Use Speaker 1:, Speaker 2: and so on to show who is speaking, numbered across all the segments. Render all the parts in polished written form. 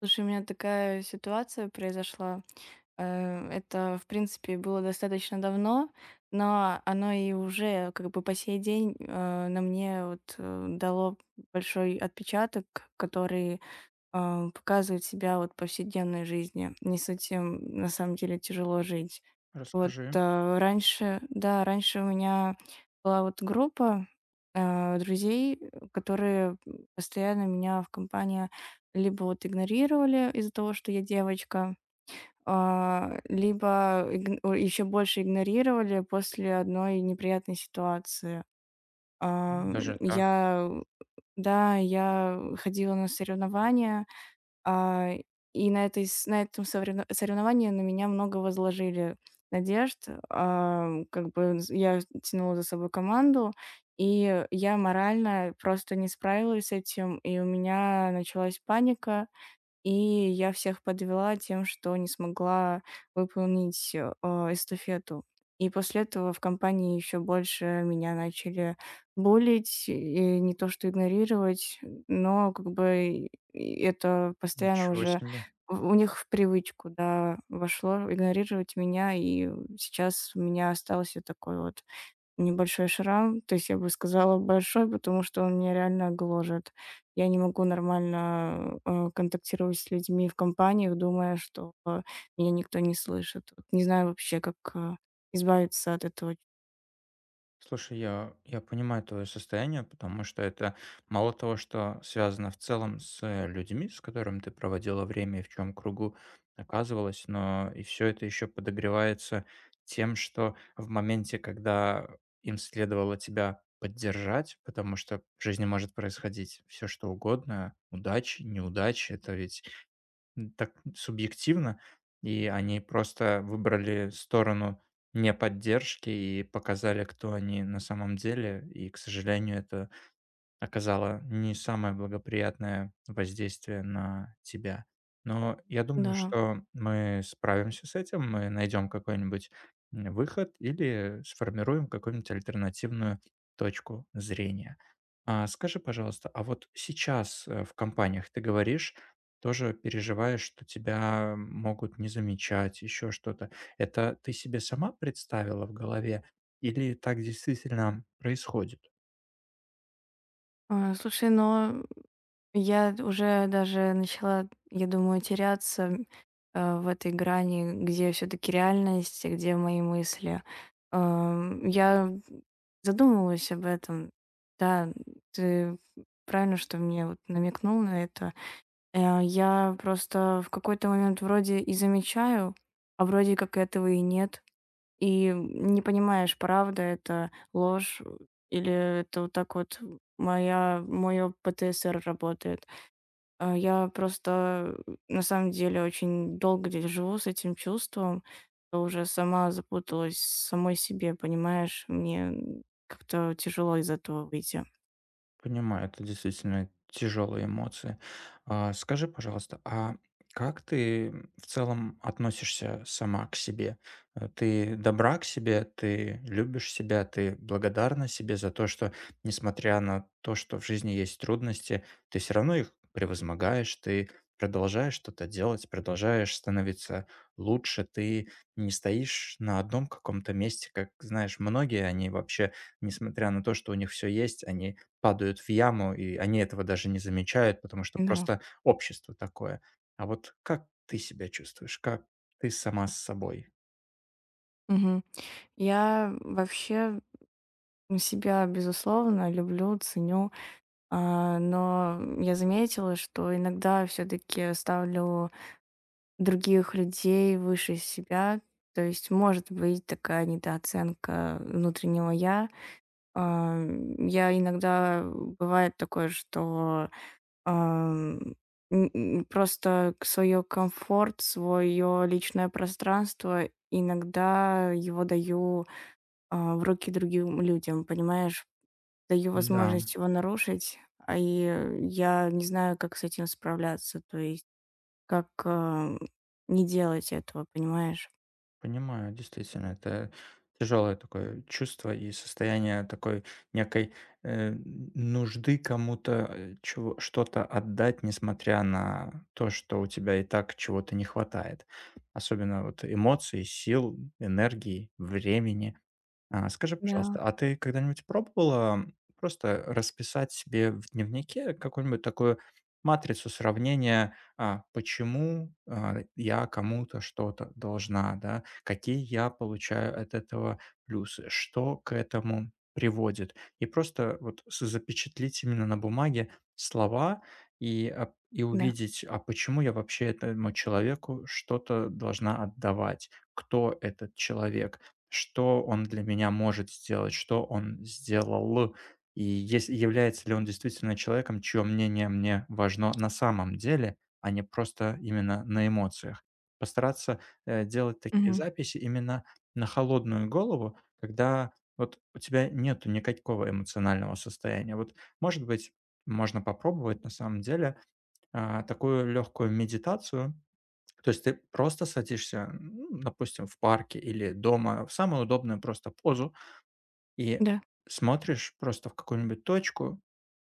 Speaker 1: Слушай, у меня такая ситуация произошла. Это, в принципе, было достаточно давно, но оно и уже как бы по сей день на мне вот дало большой отпечаток, который показывать себя вот в повседневной жизни. Не с этим на самом деле тяжело жить. Вот
Speaker 2: Расскажи.
Speaker 1: раньше, да, раньше у меня была вот группа друзей, которые постоянно меня в компании либо вот игнорировали из-за того, что я девочка, либо еще больше игнорировали после одной неприятной ситуации. А,
Speaker 2: Даже так?
Speaker 1: Я, да, я ходила на соревнования, а, и на этой с на этом соревно соревновании на меня много возложили надежд. Как бы з я тянула за собой команду, и я морально просто не справилась с этим, и у меня началась паника. И я всех подвела тем, что не смогла выполнить, эстафету. И после этого в компании еще больше меня начали булить, и не то что игнорировать, но как бы и это постоянно
Speaker 2: Ничего
Speaker 1: уже
Speaker 2: себе.
Speaker 1: в у них в привычку, да, вошло игнорировать меня, и сейчас у меня остался такой вот небольшой шрам, то есть я бы сказала большой, потому что он меня реально гложет. Я не могу нормально, контактировать с людьми в компаниях, думая, что, меня никто не слышит. Вот не знаю вообще, как, избавиться от этого.
Speaker 2: Слушай, я понимаю твое состояние, потому что это мало того, что связано в целом с людьми, с которыми ты проводила время и в чем кругу оказывалась, но и все это еще подогревается тем, что в моменте, когда им следовало тебя поддержать, потому что в жизни может происходить все что угодно: удачи, неудачи. Это ведь так субъективно, и они просто выбрали сторону не поддержки и показали, кто они на самом деле. И, к сожалению, это оказало не самое благоприятное воздействие на тебя. Но я думаю,
Speaker 1: Да.
Speaker 2: что мы справимся с этим, мы найдем какой-нибудь выход или сформируем какую-нибудь альтернативную точку зрения. А скажи, пожалуйста, а вот сейчас, в компаниях ты говоришь, тоже переживаешь, что тебя могут не замечать, еще что-то. Это ты себе сама представила в голове или так действительно происходит?
Speaker 1: Слушай, но я уже даже начала, я думаю, теряться, в этой грани, где все таки реальность, а где мои мысли. Я задумывалась об этом. Да, ты правильно, что мне вот намекнул на это. Я просто в какой-то момент вроде и замечаю, а вроде как этого и нет. И не понимаешь, правда это, ложь или это вот так вот моя мое ПТСР работает. Я просто на самом деле очень долго здесь живу с этим чувством, что уже сама запуталась в самой себе, понимаешь? Мне как-то тяжело из этого выйти.
Speaker 2: Понимаю, это действительно тяжелые эмоции. Скажи, пожалуйста, а как ты в целом относишься сама к себе? Ты добра к себе, ты любишь себя, ты благодарна себе за то, что, несмотря на то, что в жизни есть трудности, ты все равно их превозмогаешь, ты продолжаешь что-то делать, продолжаешь становиться лучше, ты не стоишь на одном каком-то месте, как, знаешь, многие, они вообще, несмотря на то, что у них все есть, они падают в яму, и они этого даже не замечают, потому что
Speaker 1: Да.
Speaker 2: просто общество такое. А вот как ты себя чувствуешь? Как ты сама с собой?
Speaker 1: Мгм. Я вообще себя, безусловно, люблю, ценю, но я заметила, что иногда все-таки ставлю других людей выше себя. То есть может быть такая недооценка внутреннего я. А, иногда бывает такое, что, ам, просто к свое свое личное пространство иногда его даю, в руки другим людям, понимаешь? Даю
Speaker 2: Да,
Speaker 1: возможность его нарушить, и я не знаю, как с этим справляться, то есть как, не делать этого, понимаешь?
Speaker 2: понимаю, действительно, это тяжелое такое чувство и состояние такой некой нужды кому-то что-то отдать, несмотря на то, что у тебя и так чего-то не хватает. Особенно вот эмоций, сил, энергии, времени. Скажи,
Speaker 1: Да,
Speaker 2: пожалуйста, а ты когда-нибудь пробовала просто расписать себе в дневнике какую-нибудь такую матрицу сравнения, почему, я кому-то что-то должна, да, какие я получаю от этого плюсы, что к этому приводит? И просто вот с запечатлить именно на бумаге слова и и
Speaker 1: да.
Speaker 2: увидеть, а почему я вообще этому человеку что-то должна отдавать, кто этот человек. Что он для меня может сделать, что он сделал, и ес является ли он действительно человеком, чье мнение мне важно на самом деле, а не просто именно на эмоциях. Постараться, делать такие
Speaker 1: Мгм.
Speaker 2: записи именно на холодную голову, когда вот у тебя нету никакого эмоционального состояния. Вот, может быть, можно попробовать на самом деле, такую легкую медитацию, то есть ты просто садишься, ну, допустим, в парке или дома в самую удобную просто позу и
Speaker 1: Да.
Speaker 2: смотришь просто в какую-нибудь точку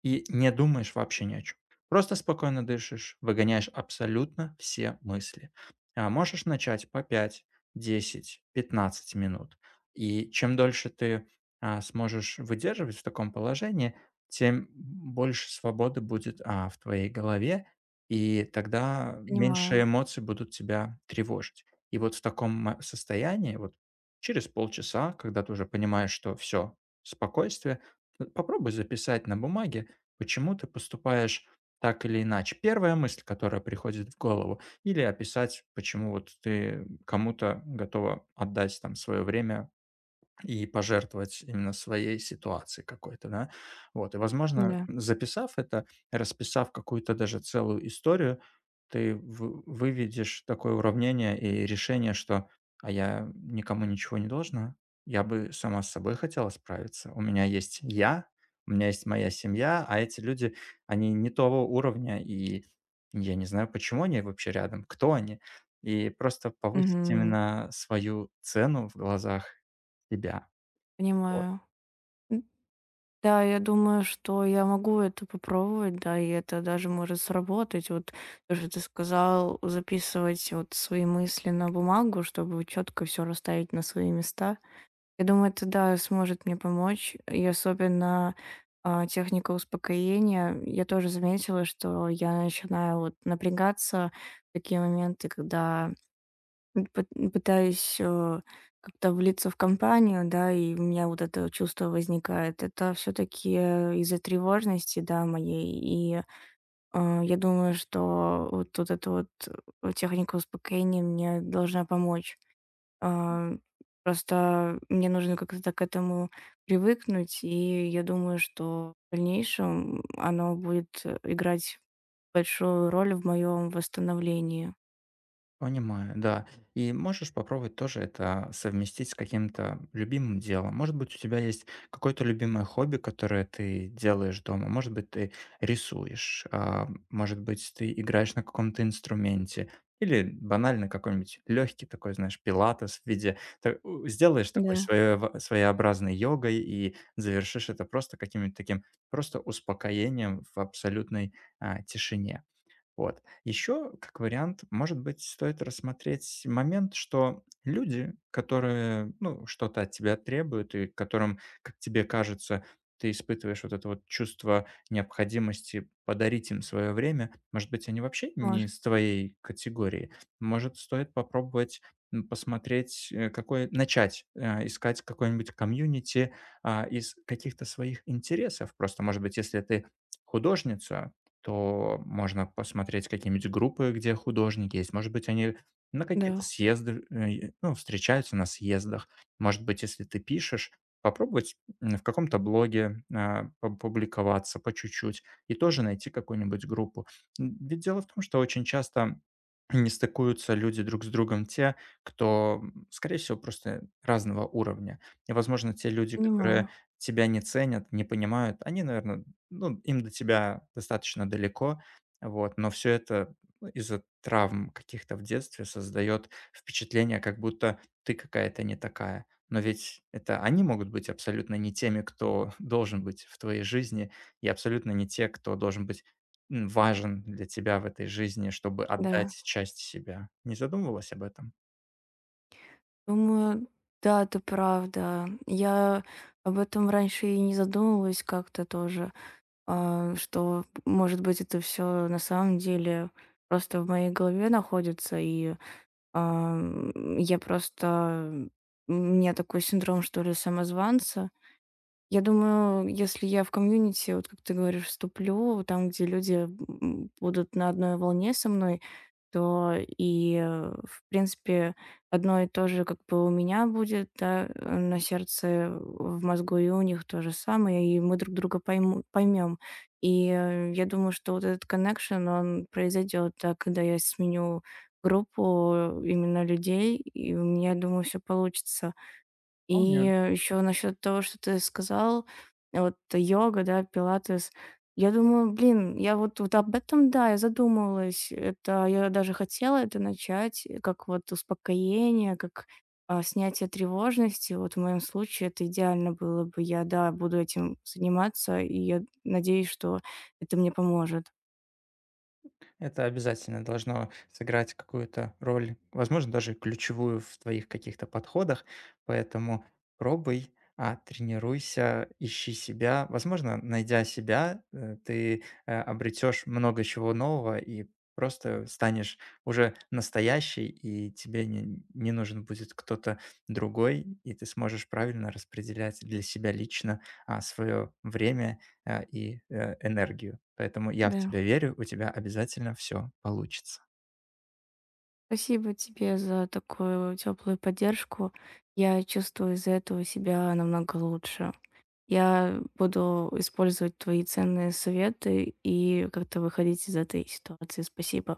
Speaker 2: и не думаешь вообще ни о чем. Просто спокойно дышишь, выгоняешь абсолютно все мысли. Можешь начать по 5, 10, 15 минут. И чем дольше ты, сможешь выдерживать в таком положении, тем больше свободы будет, в твоей голове, и тогда меньше
Speaker 1: Понимаю.
Speaker 2: эмоций будут тебя тревожить. И вот в таком ма состоянии, вот через полчаса, когда ты уже понимаешь, что все спокойствие, попробуй записать на бумаге, почему ты поступаешь так или иначе? Первая мысль, которая приходит в голову, или описать, почему вот ты кому-то готова отдать там свое время, и пожертвовать именно своей ситуацией какой-то, да. Вот, и, возможно,
Speaker 1: Да.
Speaker 2: записав это, расписав какую-то даже целую историю, ты вы выведешь такое уравнение и решение, что: "А я никому ничего не должна. Я бы сама с собой хотела справиться. У меня есть я, у меня есть моя семья, а эти люди, они не того уровня, и я не знаю, почему они вообще рядом, кто они". И просто повысить
Speaker 1: Мгм.
Speaker 2: именно свою цену в глазах себя. Вот.
Speaker 1: Понимаю. Да, я думаю, что я могу это попробовать, да, и это даже может сработать. Вот то, что ты сказал, записывать вот свои мысли на бумагу, чтобы четко все расставить на свои места. Я думаю, это да, сможет мне помочь. И особенно техника успокоения. Я тоже заметила, что я начинаю вот напрягаться в такие моменты, когда М, пыт пытаюсь, как-то влиться в компанию, да, и у меня вот это чувство возникает. Это все таки из-за тревожности, да, моей. И, я думаю, что вот эта вот, техника успокоения мне должна помочь. Э, просто мне нужно как-то к этому привыкнуть, и я думаю, что в дальнейшем оно будет играть большую роль в моем восстановлении.
Speaker 2: Понимаю, да. И можешь попробовать тоже это совместить с каким-то любимым делом. Может быть, у тебя есть какое-то любимое хобби, которое ты делаешь дома. Может быть, ты рисуешь, а, может быть, ты играешь на каком-то инструменте. Или банально какой-нибудь легкий такой, знаешь, пилатес в виде... Сделаешь такой
Speaker 1: Да,
Speaker 2: своеобразной йогой и завершишь это просто каким-нибудь таким просто успокоением в абсолютной тишине. Вот. Еще, как вариант, может быть, стоит рассмотреть момент, что люди, которые, ну, что-то от тебя требуют и которым, как тебе кажется, ты испытываешь вот это вот чувство необходимости подарить им свое время, может быть, они вообще не
Speaker 1: может,
Speaker 2: из твоей категории. Может, стоит попробовать посмотреть, какой, начать искать какой-нибудь комьюнити из каких-то своих интересов. Просто, может быть, если ты художница, то можно посмотреть какие-нибудь группы, где художники есть. Может быть, они на какие-то
Speaker 1: да,
Speaker 2: съезды, ну, встречаются на съездах. Может быть, если ты пишешь, попробовать в каком-то блоге публиковаться по чуть-чуть и тоже найти какую-нибудь группу. Ведь дело в том, что очень часто не стыкуются люди друг с другом те, кто, скорее всего, просто разного уровня. И, возможно, те люди,
Speaker 1: понимаю,
Speaker 2: которые тебя не ценят, не понимают, они, наверное, ну, им до тебя достаточно далеко, вот, но все это из-за травм каких-то в детстве создает впечатление, как будто ты какая-то не такая. Но ведь это они могут быть абсолютно не теми, кто должен быть в твоей жизни, и абсолютно не те, кто должен быть, важен для тебя в этой жизни, чтобы
Speaker 1: да.
Speaker 2: отдать часть себя. Не задумывалась об этом?
Speaker 1: Думаю, да, ты прав, да. Я об этом раньше и не задумывалась как-то тоже, что, может быть, это все на самом деле просто в моей голове находится, и ам, я просто... у меня такой синдром, что ли, самозванца, я думаю, если я в комьюнити, вот как ты говоришь, вступлю, там, где люди будут на одной волне со мной, то и, в принципе, одно и то же как бы у меня будет, да, на сердце, в мозгу, и у них то же самое, и мы друг друга поймем. И я думаю, что вот этот коннекшн, он произойдет, да, когда я сменю группу именно людей, и у меня, думаю, все получится. И
Speaker 2: Вполне.
Speaker 1: еще насчет того, что ты сказал, вот йога, да, пилатес. Я думаю, блин, я вот об этом, да, я задумывалась. Это я даже хотела это начать, как вот успокоение, как снятие тревожности. Вот в моем случае это идеально было бы. Я, да, буду этим заниматься, и я надеюсь, что это мне поможет.
Speaker 2: Это обязательно должно сыграть какую-то роль, возможно, даже ключевую в твоих каких-то подходах. Поэтому пробуй, тренируйся, ищи себя. Возможно, найдя себя, ты обретешь много чего нового и просто станешь уже настоящий, и тебе не нужен будет кто-то другой, и ты сможешь правильно распределять для себя лично свое время и, энергию. Поэтому я в
Speaker 1: Да.
Speaker 2: тебя верю, у тебя обязательно все получится.
Speaker 1: Спасибо тебе за такую теплую поддержку. Я чувствую из-за этого себя намного лучше. Я буду использовать твои ценные советы и как-то выходить из этой ситуации. Спасибо.